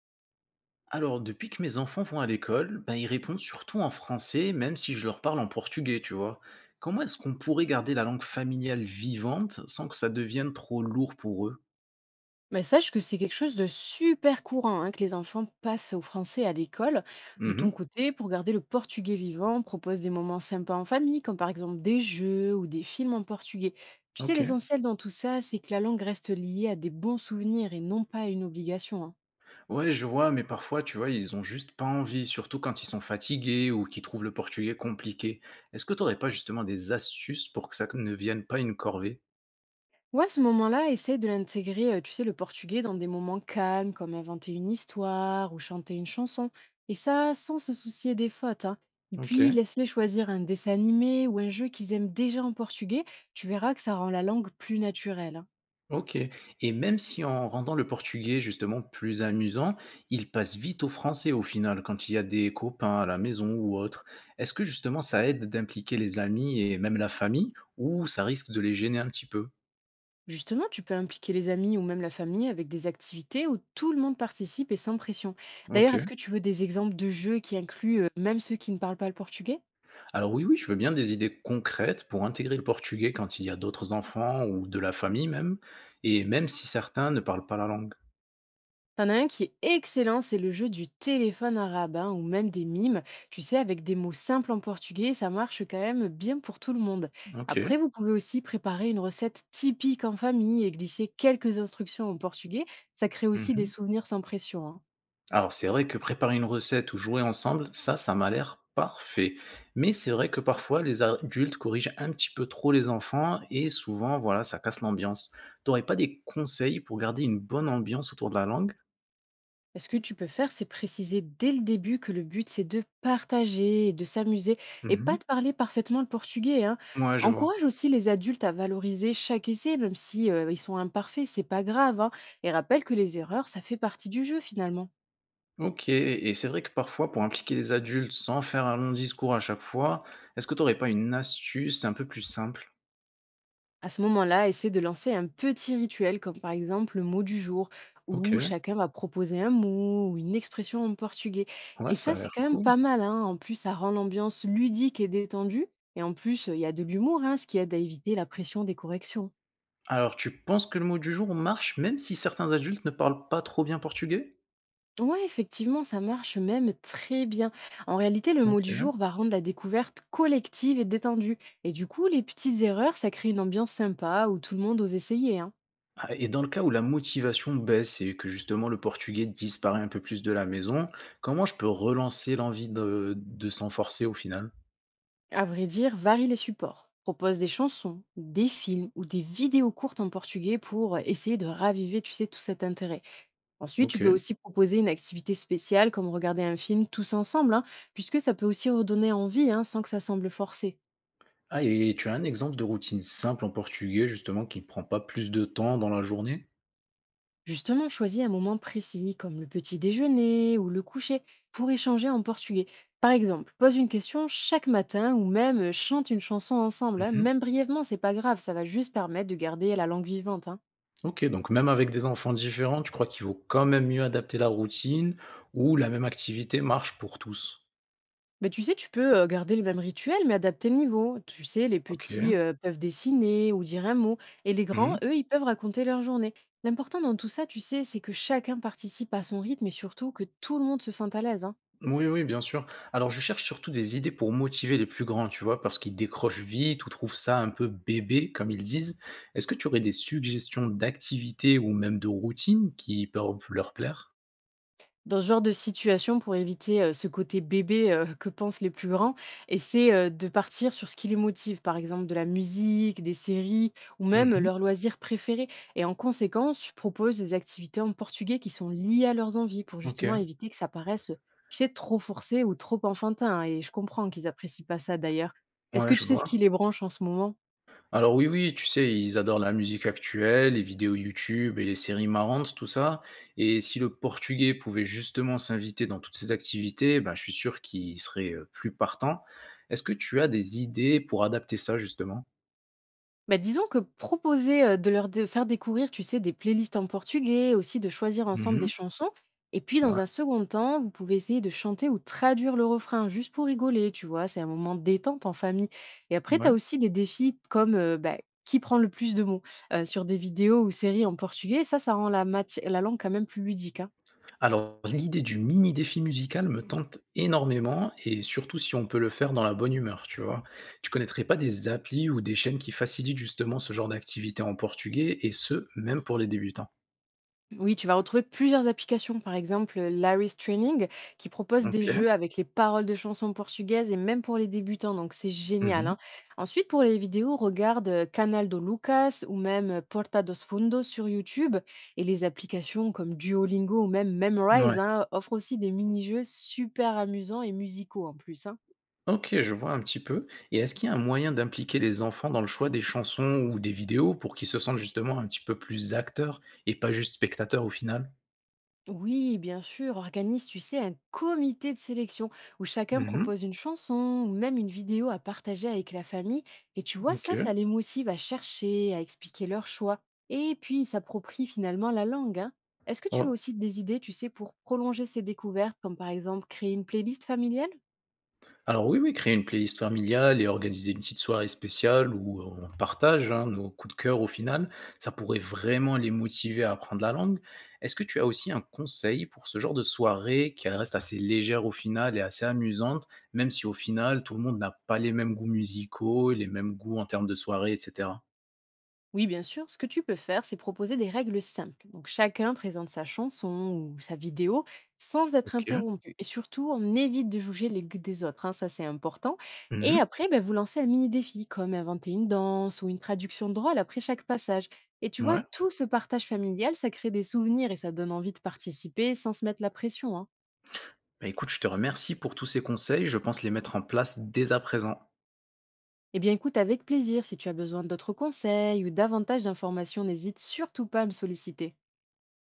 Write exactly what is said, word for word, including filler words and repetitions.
Alors, depuis que mes enfants vont à l'école, ben, ils répondent surtout en français, même si je leur parle en portugais, tu vois. Comment est-ce qu'on pourrait garder la langue familiale vivante sans que ça devienne trop lourd pour eux? Mais sache que c'est quelque chose de super courant hein, que les enfants passent au français à l'école. De ton Mhm. côté, pour garder le portugais vivant, propose des moments sympas en famille, comme par exemple des jeux ou des films en portugais. Tu sais, Ok. l'essentiel dans tout ça, c'est que la langue reste liée à des bons souvenirs et non pas à une obligation, hein. Ouais, je vois, mais parfois, tu vois, ils ont juste pas envie, surtout quand ils sont fatigués ou qu'ils trouvent le portugais compliqué. Est-ce que t'aurais pas justement des astuces pour que ça ne vienne pas une corvée? Ouais, à ce moment-là, essaye de l'intégrer, euh, tu sais, le portugais dans des moments calmes, comme inventer une histoire ou chanter une chanson. Et ça, sans se soucier des fautes, hein. Et Ok. puis, laisse-les choisir un dessin animé ou un jeu qu'ils aiment déjà en portugais. Tu verras que ça rend la langue plus naturelle, hein. OK, et même si en rendant le portugais justement plus amusant, il passe vite au français au final quand il y a des copains à la maison ou autre. Est-ce que justement ça aide d'impliquer les amis et même la famille ou ça risque de les gêner un petit peu? Justement, tu peux impliquer les amis ou même la famille avec des activités où tout le monde participe et sans pression. D'ailleurs, OK. est-ce que tu veux des exemples de jeux qui incluent euh, même ceux qui ne parlent pas le portugais? Alors oui, oui, je veux bien des idées concrètes pour intégrer le portugais quand il y a d'autres enfants ou de la famille même, et même si certains ne parlent pas la langue. T'en as un qui est excellent, c'est le jeu du téléphone arabe hein, ou même des mimes. Tu sais, avec des mots simples en portugais, ça marche quand même bien pour tout le monde. OK. Après, vous pouvez aussi préparer une recette typique en famille et glisser quelques instructions en portugais. Ça crée aussi des Mmh. souvenirs sans pression, hein. Alors c'est vrai que préparer une recette ou jouer ensemble, ça, ça m'a l'air parfait. Mais c'est vrai que parfois les adultes corrigent un petit peu trop les enfants et souvent, voilà, ça casse l'ambiance. T'aurais pas des conseils pour garder une bonne ambiance autour de la langue? Bah, ce que tu peux faire, c'est préciser dès le début que le but, c'est de partager et de s'amuser et Mhm. pas de parler parfaitement le portugais, hein. Ouais, je vois. Encourage aussi les adultes à valoriser chaque essai, même si euh, ils sont imparfaits, c'est pas grave, hein. Et rappelle que les erreurs, ça fait partie du jeu finalement. Ok, et c'est vrai que parfois, pour impliquer les adultes sans faire un long discours à chaque fois, est-ce que t'aurais pas une astuce un peu plus simple? À ce moment-là, essaie de lancer un petit rituel, comme par exemple le mot du jour, Ok, où chacun va proposer un mot ou une expression en portugais. ouais, Et ça ça, a c'est l'air quand même cool. pas mal, hein. En plus, ça rend l'ambiance ludique et détendue. Et en plus, il y a de l'humour, hein, ce qui aide à éviter la pression des corrections. Alors, tu penses que le mot du jour marche même si certains adultes ne parlent pas trop bien portugais? Ouais, effectivement, ça marche même très bien. En réalité, le mot du jour Ok. va rendre la découverte collective et détendue. Et du coup, les petites erreurs, ça crée une ambiance sympa où tout le monde ose essayer, hein. Ah, et dans le cas où la motivation baisse et que justement le portugais disparaît un peu plus de la maison, comment je peux relancer l'envie de, de s'en forcer au final? À vrai dire, varie les supports. Propose des chansons, des films ou des vidéos courtes en portugais pour essayer de raviver, tu sais, tout cet intérêt. Ensuite, tu Ok. peux aussi proposer une activité spéciale comme regarder un film tous ensemble, hein, puisque ça peut aussi redonner envie hein, sans que ça semble forcé. Ah, et tu as un exemple de routine simple en portugais justement qui ne prend pas plus de temps dans la journée? Justement, choisis un moment précis comme le petit déjeuner ou le coucher pour échanger en portugais. Par exemple, pose une question chaque matin ou même euh, chante une chanson ensemble, hein. Mhm. Même brièvement, c'est pas grave, ça va juste permettre de garder la langue vivante, hein. Ok, donc même avec des enfants différents, tu crois qu'il vaut quand même mieux adapter la routine ou la même activité marche pour tous? Bah, tu sais, tu peux euh, garder le même rituel, mais adapter le niveau. Tu sais, les Ok. petits euh, peuvent dessiner ou dire un mot, et les grands, Mhm. eux, ils peuvent raconter leur journée. L'important dans tout ça, tu sais, c'est que chacun participe à son rythme et surtout que tout le monde se sente à l'aise, hein. Oui, oui, bien sûr. Alors, je cherche surtout des idées pour motiver les plus grands, tu vois, parce qu'ils décrochent vite ou trouvent ça un peu bébé, comme ils disent. Est-ce que tu aurais des suggestions d'activités ou même de routines qui peuvent leur plaire? Dans ce genre de situation, pour éviter, heu, ce côté bébé, heu, que pensent les plus grands et c'est, heu, de partir sur ce qui les motive, par exemple de la musique, des séries ou même Mhm, leurs loisirs préférés, et en conséquence, je propose des activités en portugais qui sont liées à leurs envies pour ok, justement éviter que ça paraisse, heu, tu sais, trop forcé ou trop enfantin, et je comprends qu'ils apprécient pas ça d'ailleurs. Est-ce ouais, que je tu sais ce qui vois. les branche en ce moment? Alors oui, oui, tu sais, ils adorent la musique actuelle, les vidéos YouTube et les séries marrantes, tout ça. Et si le portugais pouvait justement s'inviter dans toutes ces activités, ben, je suis sûr qu'il serait euh, plus partant. Est-ce que tu as des idées pour adapter ça, justement? Bah, disons que proposer, heu, de leur de faire découvrir, tu sais, des playlists en portugais, aussi de choisir ensemble des Mhm. chansons, et puis dans un second temps, vous pouvez essayer de chanter ou traduire le refrain juste pour rigoler, tu vois? C'est un moment de détente en famille, et après tu Ouais. as aussi des défis comme, heu, bah, qui prend le plus de mots, heu, sur des vidéos ou séries en portugais. Ça, ça rend la mati la langue quand même plus ludique, hein. Alors, l'idée du mini défi musical me tente énormément et surtout si on peut le faire dans la bonne humeur, tu vois? Tu connaîtrais pas des applis ou des chaînes qui facilitent justement ce genre d'activité en portugais et ce, même pour les débutants? Oui, tu vas retrouver plusieurs applications, par exemple heu, Larry's Training, qui propose des OK. jeux avec les paroles de chansons portugaises et même pour les débutants, donc c'est génial, Mmh. hein. Ensuite, pour les vidéos, regarde, heu, Canal do Lucas ou même, heu, Porta dos Fundos sur YouTube, et les applications comme Duolingo ou même Ouais. Memrise, hein, offrent aussi des mini-jeux super amusants et musicaux en plus, hein. OK, je vois un petit peu, et est-ce qu'il y a un moyen d'impliquer les enfants dans le choix des chansons ou des vidéos pour qu'ils se sentent justement un petit peu plus acteurs et pas juste spectateurs au final? Oui, bien sûr, organise, tu sais, un comité de sélection où chacun Mmh. propose une chanson ou même une vidéo à partager avec la famille. Et tu vois, OK. ça, ça les motive à chercher, à expliquer leurs choix. Et puis, ils s'approprient finalement la langue, hein. Est-ce que tu as aussi des idées, tu sais, pour prolonger ces découvertes, comme par exemple créer une playlist familiale? Alors oui, oui, créer une playlist familiale et organiser une petite soirée spéciale où on partage, hein, nos coups de cœur au final, ça pourrait vraiment les motiver à apprendre la langue. Est-ce que tu as aussi un conseil pour ce genre de soirée qu'elle reste assez légère au final et assez amusante, même si au final tout le monde n'a pas les mêmes goûts musicaux, les mêmes goûts en termes de soirée, et cætera. Oui, bien sûr. Ce que tu peux faire, c'est proposer des règles simples. Donc, chacun présente sa chanson ou sa vidéo sans être Ok. interrompu. Et surtout, on évite de juger les goûts des autres, hein, ça, c'est important. Et Mhm. après, ben, vous lancez un mini défi, comme inventer une danse ou une traduction drôle après chaque passage. Et tu vois, Ouais. tout ce partage familial, ça crée des souvenirs et ça donne envie de participer sans se mettre la pression, hein. Bah écoute, je te remercie pour tous ces conseils, je pense les mettre en place dès à présent. Eh bien, écoute, avec plaisir. Si tu as besoin d'autres conseils ou davantage d'informations, n'hésite surtout pas à me solliciter.